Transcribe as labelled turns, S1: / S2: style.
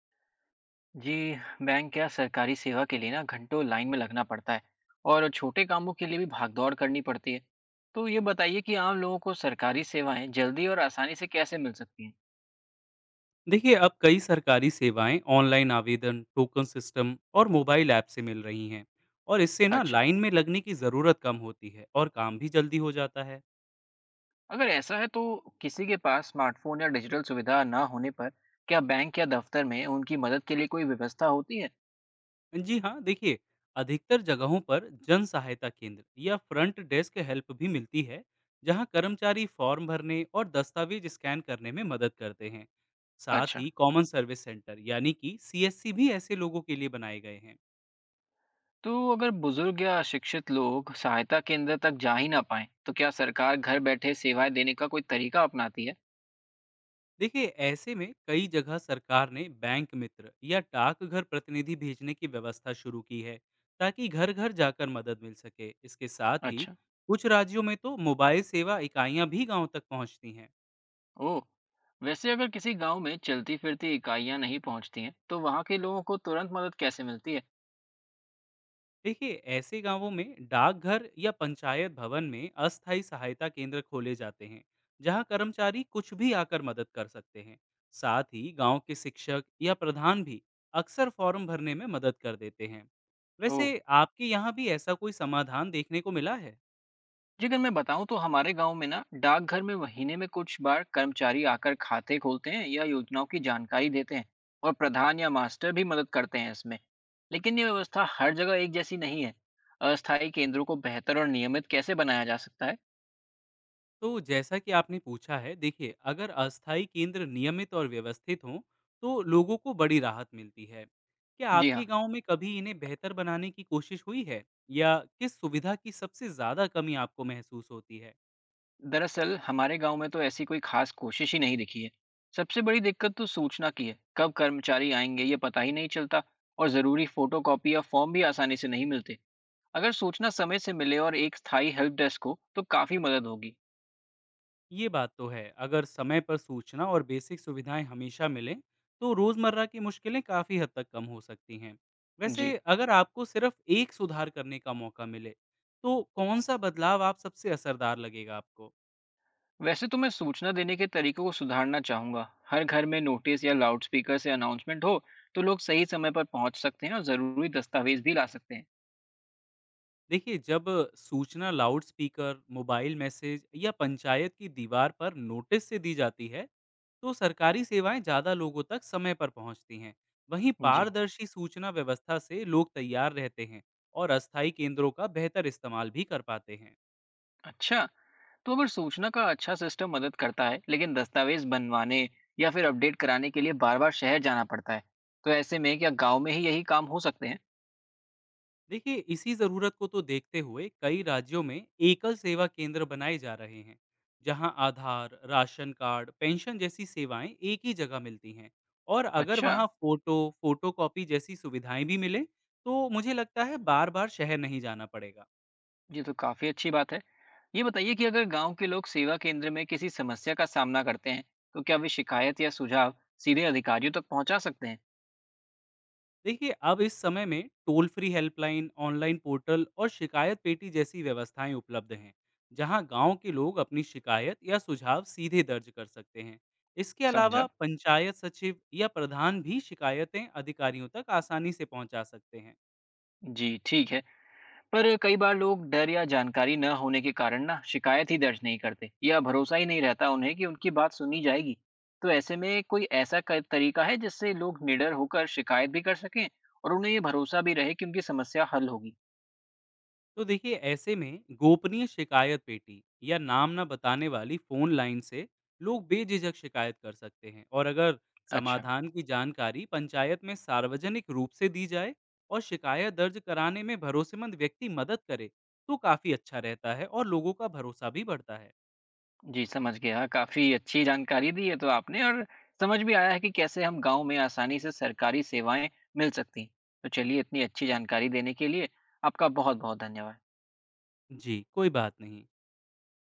S1: जी, bank या सरकारी सेवा के लिए ना घंटों लाइन में लगना पड़ता है और छोटे कामों के लिए भी भागदौड़ करनी पड़ती है। तो ये बताइए कि आम लोगों को सरकारी सेवाएं जल्दी और आसानी से कैसे मिल सकती हैं?
S2: देखिए, अब कई सरकारी सेवाएं ऑनलाइन आवेदन, टोकन सिस्टम और मोबाइल ऐप से मिल रही हैं। और इससे ना
S1: अच्छा,
S2: लाइन में लगने की ज़रूरत कम होती है और काम भी जल्दी हो जाता है।
S1: अगर ऐसा है तो किसी के पास स्मार्टफोन या डिजिटल सुविधा ना होने पर क्या बैंक या दफ्तर में उनकी मदद के लिए कोई व्यवस्था होती है?
S2: जी हाँ, देखिए, अधिकतर जगहों पर जन सहायता केंद्र या फ्रंट डेस्क हेल्प भी मिलती है, जहाँ कर्मचारी फॉर्म भरने और दस्तावेज स्कैन करने में मदद करते हैं। साथ
S1: अच्छा,
S2: ही कॉमन सर्विस सेंटर यानी कि सीएससी भी ऐसे लोगों के लिए बनाए गए हैं।
S1: तो अगर बुजुर्ग या अशिक्षित लोग सहायता केंद्र तक जा ही ना पाए, तो क्या सरकार घर बैठे सेवाएं देने का कोई तरीका अपनाती है?
S2: देखिए, ऐसे में कई जगह सरकार ने बैंक मित्र या डाकघर प्रतिनिधि भेजने की व्यवस्था शुरू की है, ताकि घर घर जाकर मदद मिल सके। इसके साथ ही
S1: अच्छा।
S2: कुछ राज्यों में तो मोबाइल सेवा इकाइयां भी गांव तक पहुंचती हैं।
S1: ओह! वैसे अगर किसी गांव में चलती-फिरती इकाइयां नहीं पहुंचती हैं, तो वहां के लोगों को तुरंत मदद कैसे मिलती है?
S2: देखिए, ऐसे गांवों में डाकघर या पंचायत भवन में अस्थायी सहायता केंद्र खोले जाते हैं, जहां कर्मचारी कुछ भी आकर मदद कर सकते हैं। साथ ही गांव के शिक्षक या प्रधान भी अक्सर फॉर्म भरने में मदद कर देते हैं।
S1: ओह।
S2: वैसे, आपके यहाँ भी ऐसा कोई समाधान देखने को मिला है?
S1: जी, अगर मैं बताऊं तो हमारे गांव में ना डाकघर में महीने में कुछ बार कर्मचारी आकर खाते खोलते हैं या योजनाओं की जानकारी देते हैं और प्रधान या मास्टर भी मदद करते हैं इसमें। लेकिन ये व्यवस्था हर जगह एक जैसी नहीं है। अस्थायी केंद्रों को बेहतर और नियमित कैसे बनाया जा सकता है?
S2: तो जैसा कि आपने पूछा है, देखिए, अगर अस्थायी केंद्र नियमित और व्यवस्थित हों, तो लोगों को बड़ी राहत मिलती है। क्या
S1: जी
S2: आपके
S1: हाँ।
S2: गांव में कभी इन्हें बेहतर बनाने की कोशिश हुई है? या किस सुविधा की सबसे ज़्यादा कमी आपको महसूस होती है?
S1: दरअसल हमारे गांव में तो ऐसी कोई खास कोशिश ही नहीं दिखी है। सबसे बड़ी दिक्कत तो सूचना की है, कब कर्मचारी आएंगे ये पता ही नहीं चलता और ज़रूरी फोटोकॉपी या फॉर्म भी आसानी से नहीं मिलते। अगर सूचना समय से मिले और एक स्थायी हेल्प डेस्क हो तो काफ़ी मदद होगी।
S2: ये बात तो है, अगर समय पर सूचना और बेसिक सुविधाएं हमेशा मिलें, तो रोज़मर्रा की मुश्किलें काफ़ी हद तक कम हो सकती हैं। वैसे,
S1: जी।
S2: अगर आपको सिर्फ एक सुधार करने का मौका मिले, तो कौन सा बदलाव आप सबसे असरदार लगेगा आपको?
S1: वैसे तो मैं सूचना देने के तरीकों को सुधारना चाहूँगा, हर घर में नोटिस या लाउडस्पीकर से अनाउंसमेंट हो तो लोग सही समय पर पहुँच सकते हैं और ज़रूरी दस्तावेज भी ला सकते हैं।
S2: देखिए, जब सूचना लाउड स्पीकर, मोबाइल मैसेज या पंचायत की दीवार पर नोटिस से दी जाती है, तो सरकारी सेवाएं ज़्यादा लोगों तक समय पर पहुंचती हैं। वहीं
S1: जी।
S2: पारदर्शी सूचना व्यवस्था से लोग तैयार रहते हैं और अस्थायी केंद्रों का बेहतर इस्तेमाल भी कर पाते हैं।
S1: अच्छा, तो अगर सूचना का अच्छा सिस्टम मदद करता है लेकिन दस्तावेज बनवाने या फिर अपडेट कराने के लिए बार बार शहर जाना पड़ता है, तो ऐसे में क्या गांव में ही यही काम हो सकते हैं?
S2: देखिए, इसी ज़रूरत को तो देखते हुए कई राज्यों में एकल सेवा केंद्र बनाए जा रहे हैं, जहां आधार, राशन कार्ड, पेंशन जैसी सेवाएं एक ही जगह मिलती हैं। और अगर
S1: अच्छा।
S2: वहां फोटो फोटो कॉपी जैसी सुविधाएं भी मिले, तो मुझे लगता है बार बार शहर नहीं जाना पड़ेगा।
S1: ये तो काफी अच्छी बात है। ये बताइए कि अगर गांव के लोग सेवा केंद्र में किसी समस्या का सामना करते हैं, तो क्या वे शिकायत या सुझाव सीधे अधिकारियों तक पहुंचा सकते हैं?
S2: देखिए, अब इस समय में toll free helpline, online portal और शिकायत पेटी जैसी व्यवस्थाएं उपलब्ध हैं, जहां गांव के लोग अपनी शिकायत या सुझाव सीधे दर्ज कर सकते हैं। इसके अलावा
S1: समझा।
S2: पंचायत सचिव या प्रधान भी शिकायतें अधिकारियों तक आसानी से पहुंचा सकते हैं।
S1: जी ठीक है। पर कई बार लोग डर या जानकारी न होने के कारण ना शिकायत ही दर्ज नहीं करते या भरोसा ही नहीं रहता उन्हें कि उनकी बात सुनी जाएगी। तो ऐसे में कोई ऐसा तरीका है जिससे लोग निडर होकर शिकायत भी कर सकें और उन्हें ये भरोसा भी रहे कि उनकी समस्या हल होगी।
S2: तो देखिए, ऐसे में गोपनीय शिकायत पेटी या नाम ना बताने वाली फोन लाइन से लोग बेझिझक शिकायत कर सकते हैं। और अगर
S1: अच्छा।
S2: समाधान की जानकारी पंचायत में सार्वजनिक रूप से दी जाए और शिकायत दर्ज कराने में भरोसेमंद व्यक्ति मदद करे, तो काफी अच्छा रहता है और लोगों का भरोसा भी बढ़ता है।
S1: जी समझ गया, काफ़ी अच्छी जानकारी दी है तो आपने और समझ भी आया है कि कैसे हम गांव में आसानी से सरकारी सेवाएं मिल सकती हैं। तो चलिए, इतनी अच्छी जानकारी देने के लिए आपका बहुत बहुत धन्यवाद।
S2: जी, कोई बात नहीं।